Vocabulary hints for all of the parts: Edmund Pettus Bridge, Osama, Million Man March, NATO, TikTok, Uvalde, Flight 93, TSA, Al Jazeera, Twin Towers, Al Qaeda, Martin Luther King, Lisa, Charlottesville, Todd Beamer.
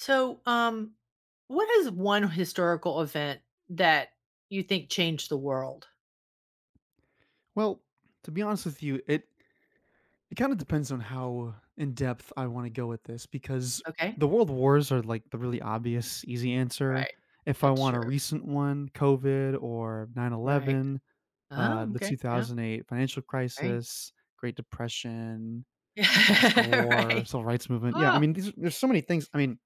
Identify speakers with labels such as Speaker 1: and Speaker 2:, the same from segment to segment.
Speaker 1: So, um, what is one historical event that you think changed the world?
Speaker 2: Well, to be honest with you, it kind of depends on how in depth I want to go with this because
Speaker 1: Okay.
Speaker 2: the world wars are like the really obvious, easy answer.
Speaker 1: Right.
Speaker 2: If I
Speaker 1: That's
Speaker 2: want
Speaker 1: true.
Speaker 2: a recent one, COVID or nine
Speaker 1: Right.
Speaker 2: eleven,
Speaker 1: Oh,
Speaker 2: the
Speaker 1: okay. Yeah.
Speaker 2: 2008 financial
Speaker 1: Right.
Speaker 2: crisis, Great Depression, Civil
Speaker 1: Yeah.
Speaker 2: War,
Speaker 1: Right.
Speaker 2: Civil Rights Movement. Yeah, I
Speaker 1: Oh.
Speaker 2: mean, there's so many things. I mean,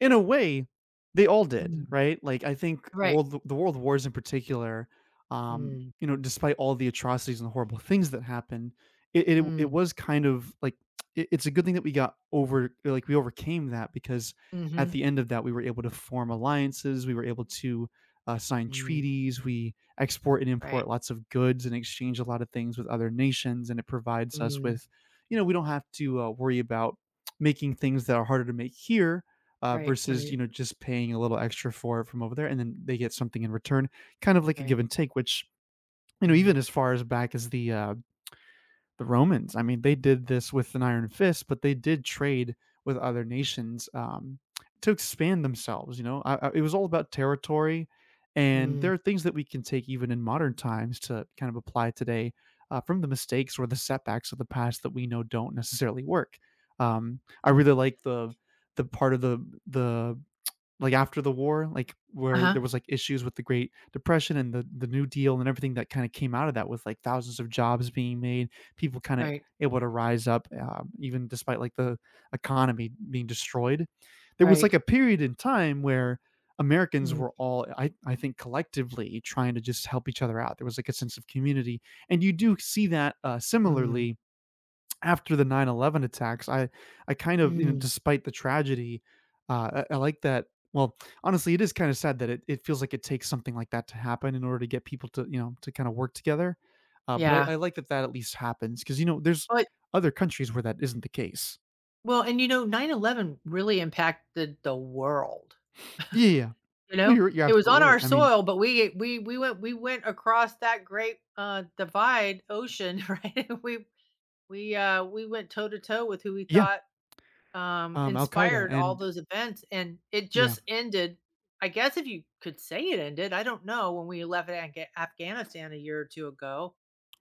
Speaker 2: in a way, they all
Speaker 1: Mm.
Speaker 2: did, right? Like, I think
Speaker 1: Right.
Speaker 2: world the world wars in particular,
Speaker 1: Mm.
Speaker 2: you know, despite all the atrocities and horrible things that happened, it
Speaker 1: Mm.
Speaker 2: was kind of like it's a good thing that we got over, like we overcame that because
Speaker 1: Mm-hmm.
Speaker 2: at the end of that we were able to form alliances, we were able to sign
Speaker 1: Mm.
Speaker 2: treaties, we export and
Speaker 1: Right.
Speaker 2: import lots of goods and exchange a lot of things with other nations, and it provides us
Speaker 1: Mm.
Speaker 2: with, you know, We don't have to worry about making things that are harder to make here
Speaker 1: Right.
Speaker 2: versus you
Speaker 1: Right.
Speaker 2: know just paying a little extra for it from over there, and then they get something in return, kind of like a
Speaker 1: Right.
Speaker 2: give and take. Which you know, even
Speaker 1: Mm.
Speaker 2: as far as back as the the Romans, I mean, they did this with an iron fist, but they did trade with other nations to expand themselves. You know, it was all about territory, and
Speaker 1: Mm.
Speaker 2: there are things that we can take even in modern times to kind of apply today from the mistakes or the setbacks of the past that we know don't necessarily work. I really like the part of the like, after the war, like, where there
Speaker 1: Uh-huh.
Speaker 2: was, like, issues with the Great Depression and the New Deal and everything that kinda came out of that with, like, thousands of jobs being made, people kinda
Speaker 1: Right.
Speaker 2: able to rise up, even despite, like, the economy being destroyed. There was,
Speaker 1: Right.
Speaker 2: like, a period in time where Americans
Speaker 1: Mm.
Speaker 2: were all, I think, collectively trying to just help each other out. There was, like, a sense of community, and you do see that,
Speaker 1: Mm.
Speaker 2: similarly after the 9/11 attacks, I kind of, you know,
Speaker 1: Mm.
Speaker 2: despite the tragedy, I like that well, honestly, it is kinda sad that it feels like it takes something like that to happen in order to get people to, you know, to kinda work together. But I
Speaker 1: Yeah.
Speaker 2: like that that at least happens because you know, there's
Speaker 1: But
Speaker 2: other countries where that isn't the case.
Speaker 1: well, and you know, 9-11 really impacted the world.
Speaker 2: Yeah, yeah, yeah.
Speaker 1: You
Speaker 2: No,
Speaker 1: know?
Speaker 2: you're
Speaker 1: It was
Speaker 2: absolutely
Speaker 1: on our
Speaker 2: right. I mean
Speaker 1: soil, but we went across that great, divide ocean, right? And we went toe to toe with who we
Speaker 2: yeah,
Speaker 1: thought,
Speaker 2: Al Qaeda
Speaker 1: inspired all
Speaker 2: and
Speaker 1: those events, and it
Speaker 2: yeah.
Speaker 1: just ended. I guess if you could say it ended, I don't know, when we left Afga Afghanistan a year or 2 ago,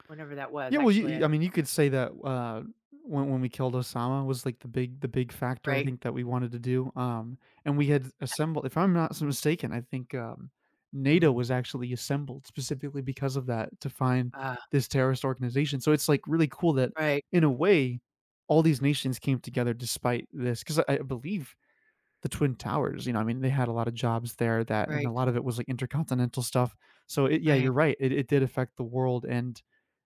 Speaker 1: whenever that was.
Speaker 2: Yeah, well,
Speaker 1: Actually, I
Speaker 2: you I
Speaker 1: don't.
Speaker 2: mean, you could say that, when we killed Osama was, like, the big factor, I
Speaker 1: Right.
Speaker 2: think, that we wanted to do, and we had assembled if I'm not s mistaken, I think, NATO
Speaker 1: Mm.
Speaker 2: was actually assembled specifically because of that to find
Speaker 1: Ah,
Speaker 2: this terrorist organization, so it's, like, really cool that,
Speaker 1: right,
Speaker 2: in a way, all these nations came together despite this 'cause I believe the Twin Towers, you know, I mean, they had a lot of jobs there that and a
Speaker 1: right,
Speaker 2: lot of it was, like, intercontinental stuff, so it yeah,
Speaker 1: right.
Speaker 2: you're right, it did affect the world, and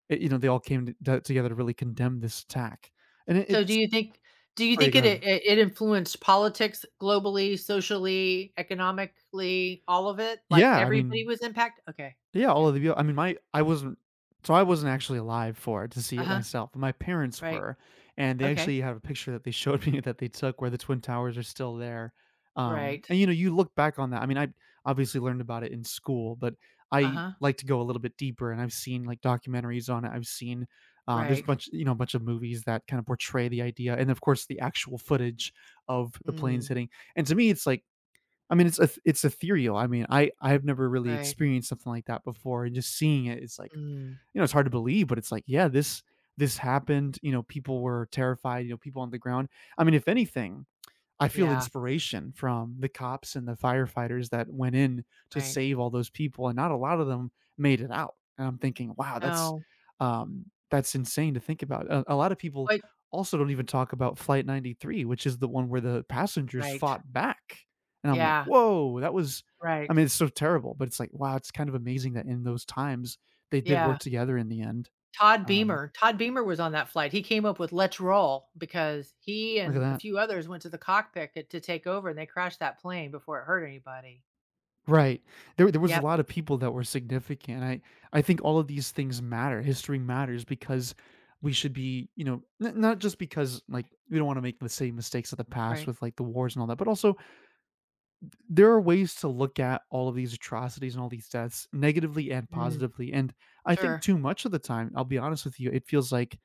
Speaker 2: it, you know, they all came t together to really condemn this attack, and it
Speaker 1: So do
Speaker 2: it's
Speaker 1: you think do you
Speaker 2: oh, yeah,
Speaker 1: think
Speaker 2: go
Speaker 1: it
Speaker 2: ahead.
Speaker 1: it it influenced politics globally, socially, economically, all of it? Like,
Speaker 2: Yeah, I
Speaker 1: everybody
Speaker 2: mean
Speaker 1: was impacted. Okay,
Speaker 2: yeah, all of
Speaker 1: okay.
Speaker 2: the view I mean, my I wasn't so I wasn't actually alive for it to see it
Speaker 1: Uh-huh,
Speaker 2: myself, my parents
Speaker 1: right.
Speaker 2: were, and they
Speaker 1: Okay,
Speaker 2: actually have a picture that they showed me that they took where the Twin Towers are still there,
Speaker 1: right.
Speaker 2: and, you know, you look back on that I mean, I obviously learned about it in school, but I
Speaker 1: Uh-huh,
Speaker 2: like to go a little bit deeper, and I've seen, like, documentaries on it, I've seen, there's a
Speaker 1: right.
Speaker 2: bunch you know, a bunch of movies that kind of portray the idea, and, of course, the actual footage of the planes
Speaker 1: Mm,
Speaker 2: hitting, and to me, it's like, I mean, it's ethereal. I mean, I've never really
Speaker 1: right.
Speaker 2: experienced something like that before, and just seeing it, it's like,
Speaker 1: Mm,
Speaker 2: you know, it's hard to believe, but it's like, yeah, this happened, you know, people were terrified, you know, people on the ground. I mean, if anything, I feel
Speaker 1: yeah,
Speaker 2: inspiration from the cops and the firefighters that went in to
Speaker 1: right.
Speaker 2: save all those people, and not a lot of them made it out, and I'm thinking, "Wow,
Speaker 1: No.
Speaker 2: that's insane to think about." A lot of people
Speaker 1: What.
Speaker 2: also don't even talk about Flight 93, which is the one where the passengers
Speaker 1: Right.
Speaker 2: fought back, and I'm like,
Speaker 1: Yeah,
Speaker 2: "Whoa, that was." I
Speaker 1: right.
Speaker 2: mean, it's so terrible, but it's like, wow, it's kind of amazing that in those times, they did
Speaker 1: Yeah.
Speaker 2: work together in the end.
Speaker 1: Todd
Speaker 2: Um,
Speaker 1: Beamer Todd Beamer was on that flight. He came up with "Let's roll" because he
Speaker 2: look at
Speaker 1: and a
Speaker 2: that.
Speaker 1: few others went to the cockpit to take over, and they crashed that plane before it hurt anybody.
Speaker 2: Right. There was
Speaker 1: Yeah.
Speaker 2: a lot of people that were significant. I think all of these things matter. History matters because we should be, you know, not just because like we don't want to make the same mistakes of the past
Speaker 1: Right.
Speaker 2: with like the wars and all that, but also there are ways to look at all of these atrocities and all these deaths negatively and
Speaker 1: Mm,
Speaker 2: positively. And I think
Speaker 1: sure.
Speaker 2: too much of the time, I'll be honest with you, it feels like,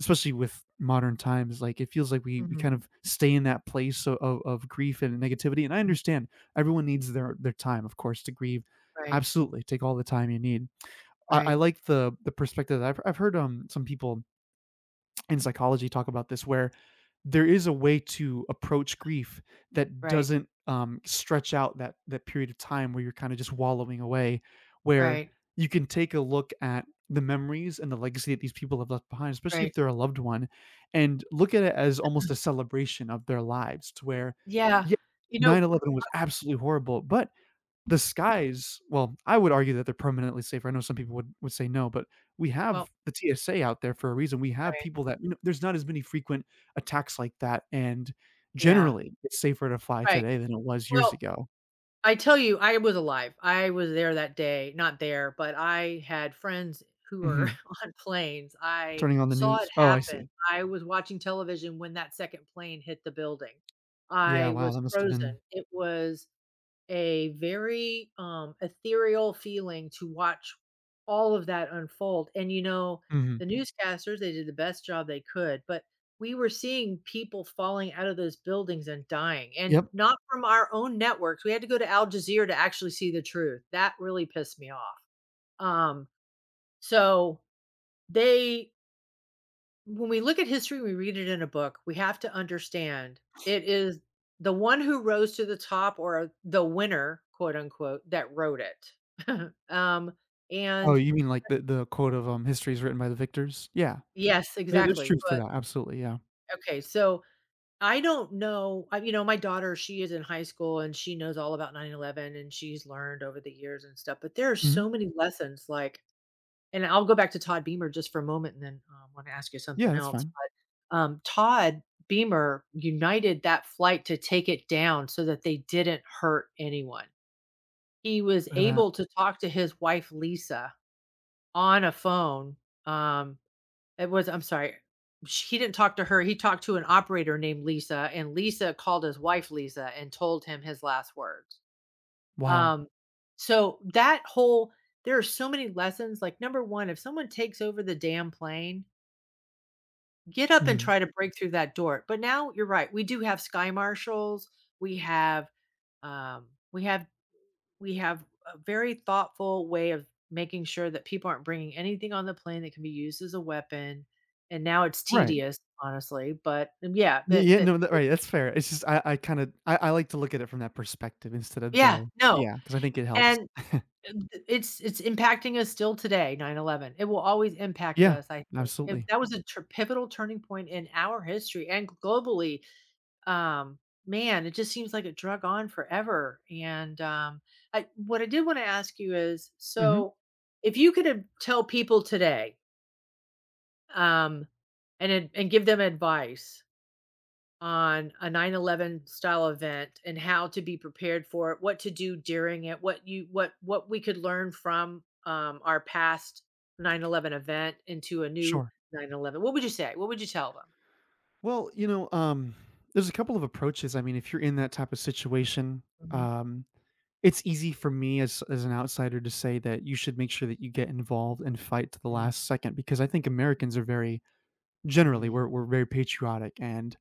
Speaker 2: especially with modern times, like it feels like we
Speaker 1: Mhm,
Speaker 2: kind of stay in that place of grief and negativity. And I
Speaker 1: mm,
Speaker 2: understand everyone needs their time, of course, to grieve.
Speaker 1: right,
Speaker 2: Absolutely, take all the time you need. I,
Speaker 1: right,
Speaker 2: like the perspective that I've heard some people in psychology talk about this where there is a way to approach grief that
Speaker 1: right,
Speaker 2: doesn't stretch out that period of time where you're kind of just wallowing away where
Speaker 1: right,
Speaker 2: you can take a look at the memories and the legacy that these people have left behind especially if
Speaker 1: right.
Speaker 2: they're a loved one and look at it as almost a celebration of their lives to where
Speaker 1: Yeah,
Speaker 2: yeah
Speaker 1: you know.
Speaker 2: 9/11 was absolutely horrible but the skies well, I would argue that they're permanently safer. I know some people would say no, but we have
Speaker 1: Well,
Speaker 2: the TSA out there for a reason. We have
Speaker 1: right,
Speaker 2: people that you know, there's not as many frequent attacks like that, and
Speaker 1: yeah,
Speaker 2: generally, it's safer to fly
Speaker 1: right.
Speaker 2: today than it was years
Speaker 1: Well,
Speaker 2: ago.
Speaker 1: I tell you, I was alive. I was there that day. Not there, but I had friends who were
Speaker 2: Mhm.
Speaker 1: on planes. I
Speaker 2: Turning on the
Speaker 1: saw it
Speaker 2: news. Oh, I
Speaker 1: happen.
Speaker 2: see.
Speaker 1: I was watching television when that 2nd plane hit the building.
Speaker 2: Yeah,
Speaker 1: I
Speaker 2: wow,
Speaker 1: was
Speaker 2: that must have
Speaker 1: frozen.
Speaker 2: been.
Speaker 1: It was a very, ethereal feeling to watch all of that unfold, and, you know,
Speaker 2: Mhm.
Speaker 1: the. Mhm. Newscasters, they did the best job they could, but we were seeing people falling out of those buildings and dying, and
Speaker 2: Yep.
Speaker 1: not from our own networks, we had to go to Al Jazeera to actually see the truth. That really pissed me off, um, so they. When we look at history, we read it in a book, we have to understand it is the one who rose to the top or the winner, quote unquote, that wrote it. Um,
Speaker 2: Oh,
Speaker 1: and
Speaker 2: you mean like the quote of, "History is written by the victors"? Yeah.
Speaker 1: yes,
Speaker 2: There's
Speaker 1: exactly.
Speaker 2: truth to
Speaker 1: But
Speaker 2: that, absolutely, yeah.
Speaker 1: okay, so I don't know. I, you know, my daughter, she is in high school and she knows all about 9/11 and she's learned over the years and stuff. But there are
Speaker 2: Mhm.
Speaker 1: so many lessons like. And I'll go back to Todd Beamer just for a moment and then, wanna ask you something
Speaker 2: Yeah, that's
Speaker 1: else,
Speaker 2: fine.
Speaker 1: but, Todd Beamer united that flight to take it down so that they didn't hurt anyone. He was
Speaker 2: Look at that.
Speaker 1: able to talk to his wife, Lisa, on a phone, um, it was. I'm sorry, sh he didn't talk to her, he talked to an operator named Lisa, and Lisa called his wife Lisa and told him his last words.
Speaker 2: Wow.
Speaker 1: Um, so that whole there are so many lessons, like, number 1, if someone takes over the damn plane, get up and
Speaker 2: Mhm.
Speaker 1: try to break through that door, but now you're right, we do have sky marshals, we have, um, we have we have a very thoughtful way of making sure that people aren't bringing anything on the plane that can be used as a weapon, and now it's
Speaker 2: Right.
Speaker 1: tedious, honestly, but yeah.
Speaker 2: Yeah,
Speaker 1: But
Speaker 2: yeah,
Speaker 1: that
Speaker 2: no, that right, that's fair. It's just I kinda I like to look at it from that perspective instead of
Speaker 1: yeah,
Speaker 2: the
Speaker 1: no,
Speaker 2: yeah, because I think it helps.
Speaker 1: and it's impacting us still today, 9/11. It will always impact
Speaker 2: Yeah,
Speaker 1: us, I think. If
Speaker 2: absolutely.
Speaker 1: that was a tur pivotal turning point in our history and globally, um, man, it just seems like it drug on forever, and, I what I did wanna ask you is,
Speaker 2: Mhm,
Speaker 1: so, if you could, tell people today, um, and give them advice on a 9/11 style event and how to be prepared for it, what to do during it, what you what we could learn from, our past 9/11 event into a new
Speaker 2: sure.
Speaker 1: 9/11. What would you say? What would you tell them?
Speaker 2: Well, you know, there's a couple of approaches, I mean, if you're in that type of situation,
Speaker 1: Mhm,
Speaker 2: um, it's easy for me as an outsider to say that you should make sure that you get involved and fight to the
Speaker 1: mm,
Speaker 2: last second because I think Americans are very generally,
Speaker 1: mm,
Speaker 2: we're very patriotic, and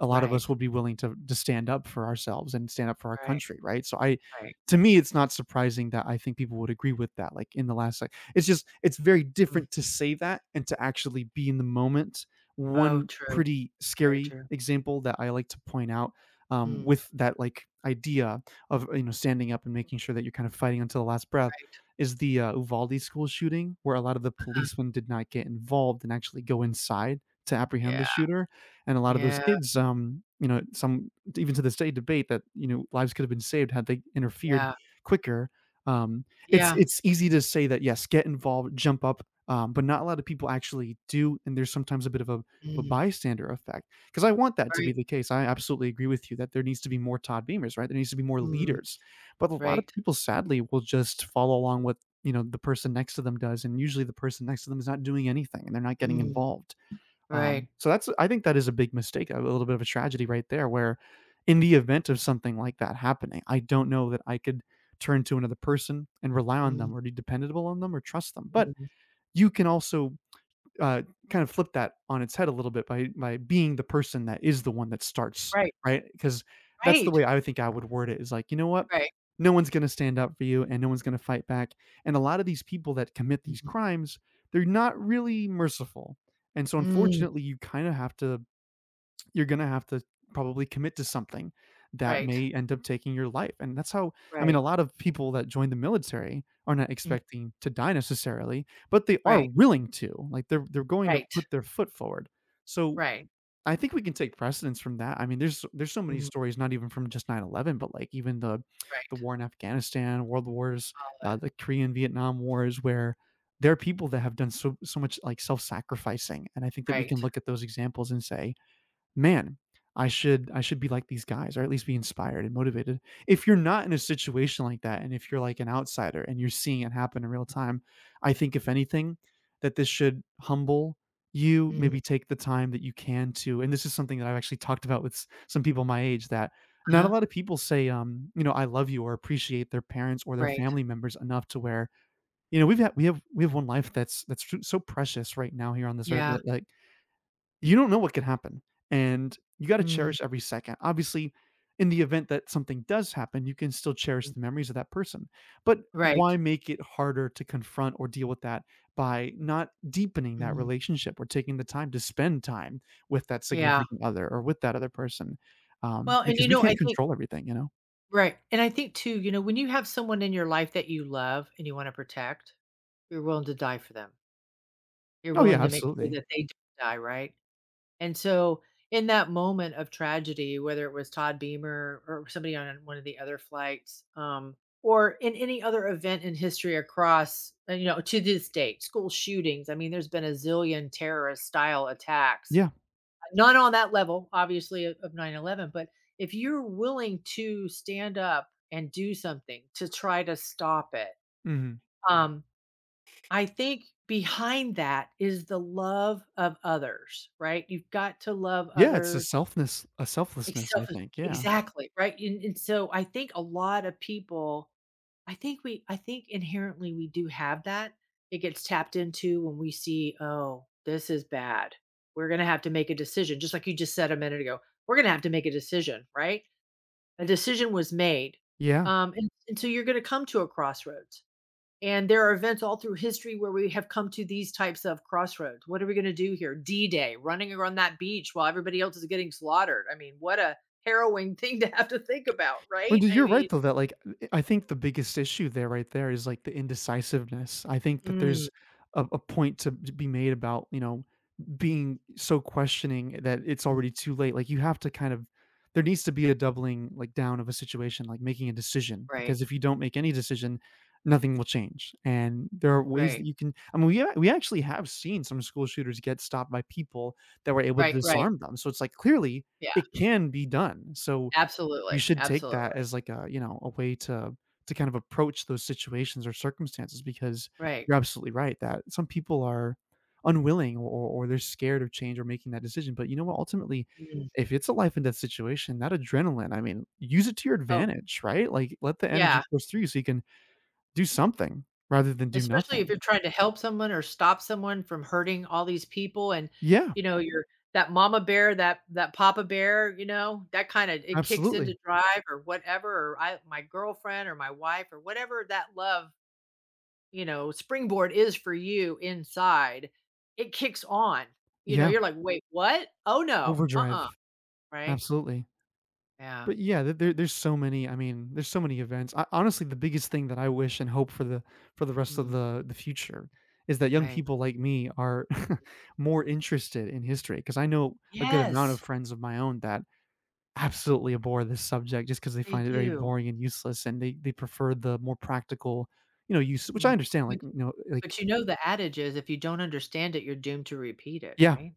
Speaker 2: a lot of us
Speaker 1: right,
Speaker 2: will be willing to stand up for ourselves and stand up for our
Speaker 1: right,
Speaker 2: country, right? So I
Speaker 1: right.
Speaker 2: to me, it's not surprising that I think people would agree with that. Like in the last, like it's just it's very
Speaker 1: Mm.
Speaker 2: different to say that and to actually be in the moment.
Speaker 1: Oh,
Speaker 2: One
Speaker 1: true,
Speaker 2: pretty
Speaker 1: very
Speaker 2: scary
Speaker 1: true.
Speaker 2: example that I like to point out
Speaker 1: Mm,
Speaker 2: with that like idea of you know standing up and making sure that you're kind of fighting until the last breath
Speaker 1: right,
Speaker 2: is the Uvalde school shooting, where a lot of the
Speaker 1: huh,
Speaker 2: policemen did not get involved and actually go inside to apprehend the
Speaker 1: yeah,
Speaker 2: shooter, and a lot of those
Speaker 1: yeah,
Speaker 2: kids, you know, some even to this day debate that, you know, lives could have been saved had they interfered
Speaker 1: yeah,
Speaker 2: quicker. Um,
Speaker 1: yeah,
Speaker 2: it's easy to say that, yes, get involved, jump up, but not a lot of people actually do, and there's sometimes a bit of a
Speaker 1: mm,
Speaker 2: bystander effect. Because I want that to
Speaker 1: right,
Speaker 2: be the case. I absolutely agree with you that there needs to be more Todd Beamers, right? There needs to be more
Speaker 1: mm,
Speaker 2: leaders, but a lot of
Speaker 1: right,
Speaker 2: people sadly will just follow along with you know the person next to them does, and usually the person next to them is not doing anything, and they're not getting
Speaker 1: mm,
Speaker 2: involved.
Speaker 1: right,
Speaker 2: So that's I think that is a big mistake, a little bit of a tragedy right there, where in the event of something like that happening, I don't know that I could turn to another person and rely on
Speaker 1: mm,
Speaker 2: them or be dependable on them or trust them. But
Speaker 1: mm,
Speaker 2: you can also uh, kind of flip that on its head a little bit by being the person that is the one that starts,
Speaker 1: right,
Speaker 2: right? Because that's the
Speaker 1: right,
Speaker 2: way I would think I would word it is like, you know what?
Speaker 1: right,
Speaker 2: No one's going to stand up for you and no one's going to fight back. And a lot of these people that commit these
Speaker 1: mm,
Speaker 2: crimes, they're not really merciful. And so
Speaker 1: mm.
Speaker 2: unfortunately, you're gonna have to probably commit to something that
Speaker 1: Right.
Speaker 2: may end up taking your life. And that's how I mean,
Speaker 1: Right.
Speaker 2: a lot of people that join the military are not
Speaker 1: Mm.
Speaker 2: expecting to die necessarily, but they are
Speaker 1: Right.
Speaker 2: willing to. Like they're going to
Speaker 1: Right.
Speaker 2: put their foot forward. So
Speaker 1: Right.
Speaker 2: I think we can take precedence from that. I mean, there's so many
Speaker 1: Mm.
Speaker 2: stories, not even from just 9/11, but like even the
Speaker 1: Right.
Speaker 2: the war in Afghanistan, World Wars,
Speaker 1: All that.
Speaker 2: the Korean Vietnam Wars, where there are people that have done so so much like self-sacrificing, and I think that we
Speaker 1: Right.
Speaker 2: can look at those examples and say, man, I should be like these guys or at least be inspired and motivated. If you're not in a situation like that and if you're like an outsider and you're seeing it happen in real time, I think if anything that this should humble you,
Speaker 1: Mm.
Speaker 2: maybe take the time that you can to, and this is something that I've actually talked about with some people my age, that not a
Speaker 1: Uh-huh.
Speaker 2: lot of people say I love you or appreciate their parents or their
Speaker 1: Right.
Speaker 2: family members enough to where we have one life that's so precious right now here on this earth,
Speaker 1: Yeah.
Speaker 2: that like you don't know what could happen, and you gotta
Speaker 1: Mm.
Speaker 2: cherish every second. Obviously, in the event that something does happen, you can still cherish
Speaker 1: Mm.
Speaker 2: the memories of that person, but
Speaker 1: Right.
Speaker 2: why make it harder to confront or deal with that by not deepening that
Speaker 1: Mm.
Speaker 2: relationship or taking the time to spend time with that
Speaker 1: Yeah.
Speaker 2: significant other or with that other person,
Speaker 1: Well, and,
Speaker 2: because
Speaker 1: you
Speaker 2: we
Speaker 1: know, I
Speaker 2: can't
Speaker 1: think
Speaker 2: control everything, you know?
Speaker 1: right. And I think too, you know, when you have someone in your life that you love and you wanna protect, you're willing to die for them. You're
Speaker 2: Oh,
Speaker 1: willing
Speaker 2: yeah,
Speaker 1: to make sure
Speaker 2: absolutely.
Speaker 1: that they don't die, right? And so in that moment of tragedy, whether it was Todd Beamer or somebody on one of the other flights, or in any other event in history across, you know, to this date, school shootings. I mean, there's been a zillion terrorist style attacks,
Speaker 2: Yeah.
Speaker 1: not on that level, obviously, of 9 11. But if you're willing to stand up and do something to try to stop it,
Speaker 2: Mhm.
Speaker 1: um, I think behind that is the love of others, right? You've got to love
Speaker 2: Yeah, it's a
Speaker 1: others.
Speaker 2: selfness a selflessness, I
Speaker 1: Except for
Speaker 2: think, yeah.
Speaker 1: exactly, right? And so I think a lot of people. I think we. I think inherently we do have that. It gets tapped into when we see, "Oh, this is bad. We're gonna have to make a decision," just like you just said a minute ago. We're gonna have to make a decision, right? A decision was made.
Speaker 2: Yeah.
Speaker 1: And so you're gonna come to a crossroads. And there are events all through history where we have come to these types of crossroads. What are we going to do here? D Day, running around that beach while everybody else is getting slaughtered. I mean, what a harrowing thing to have to think about,
Speaker 2: Well,
Speaker 1: right?
Speaker 2: dude,
Speaker 1: I
Speaker 2: you're
Speaker 1: mean,
Speaker 2: right though that like I think the biggest issue there right there is like the indecisiveness. I think that
Speaker 1: mm,
Speaker 2: there's a point to be made about, you know, being so questioning that it's
Speaker 1: mm,
Speaker 2: already too late. Like you have to kind of There needs to be a doubling like down of a situation, like making a decision.
Speaker 1: right,
Speaker 2: Because if you don't make any decision, nothing will change. And there are ways that
Speaker 1: right,
Speaker 2: you can, I mean, we actually have seen some school shooters get stopped by people that were able to
Speaker 1: right, right.
Speaker 2: disarm them. So it's like clearly
Speaker 1: Yeah,
Speaker 2: it can be done. So we
Speaker 1: absolutely.
Speaker 2: should take that
Speaker 1: Absolutely.
Speaker 2: as like a, you know, a way to kind of approach those situations or circumstances because
Speaker 1: Right.
Speaker 2: you're absolutely right that some people are unwilling or they're scared of change or making that decision. But you know what? Ultimately,
Speaker 1: Mm.
Speaker 2: if it's a life and death situation, that adrenaline, I mean, use it to your
Speaker 1: Oh,
Speaker 2: advantage, right? Like let the
Speaker 1: yeah.
Speaker 2: energy course through you so you can do something rather than do
Speaker 1: Especially if
Speaker 2: nothing.
Speaker 1: you're trying to help someone or stop someone from hurting all these people and,
Speaker 2: Yeah,
Speaker 1: you know, you're that mama bear, that papa bear, you know, that kinda it kicks into
Speaker 2: absolutely.
Speaker 1: drive or whatever, or I my girlfriend or my wife or whatever that love, you know, springboard is for you inside, it kicks on. You know,
Speaker 2: Yeah,
Speaker 1: you're like, "Wait, what? Oh, no.
Speaker 2: overdrive.
Speaker 1: Uh-uh." Right?
Speaker 2: Absolutely.
Speaker 1: Yeah.
Speaker 2: But yeah, th there there's so many, I mean, there's so many events. I honestly, the biggest thing that I wish and hope for the rest of
Speaker 1: Mm,
Speaker 2: the future is that young
Speaker 1: right.
Speaker 2: people like me are more interested in history. Because I know a good amount of
Speaker 1: Yes,
Speaker 2: friends of my own that absolutely abhor this subject just because they
Speaker 1: they
Speaker 2: find it very
Speaker 1: do.
Speaker 2: boring and useless, and they prefer the more practical, you know, use, which I
Speaker 1: Mm.
Speaker 2: understand, like, you know, like
Speaker 1: But you know the adage is if you don't understand it, you're doomed to repeat it,
Speaker 2: yeah,
Speaker 1: right?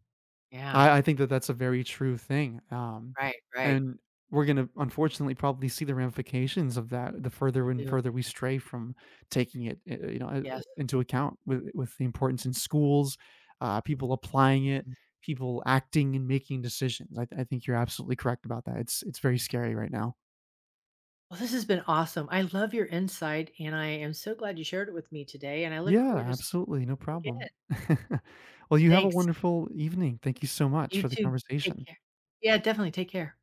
Speaker 1: Yeah.
Speaker 2: I think that that's a very true thing,
Speaker 1: Right, right.
Speaker 2: and we're gonna unfortunately probably see the ramifications of that the further and
Speaker 1: Ew.
Speaker 2: further we stray from taking it,
Speaker 1: Yes.
Speaker 2: into account with the importance in schools, people applying it,
Speaker 1: Mhm.
Speaker 2: people acting and making decisions. I think you're absolutely correct about that. It's very scary right now.
Speaker 1: Well, this has been awesome. I love your insight, and I am so glad you shared it with me today, and I look
Speaker 2: Yeah,
Speaker 1: forward to speaking
Speaker 2: absolutely, no
Speaker 1: again.
Speaker 2: problem. Well, you have a
Speaker 1: Thanks.
Speaker 2: wonderful evening. Thank you so much
Speaker 1: You
Speaker 2: for the
Speaker 1: too. Take
Speaker 2: conversation.
Speaker 1: care. Yeah, definitely. Take care.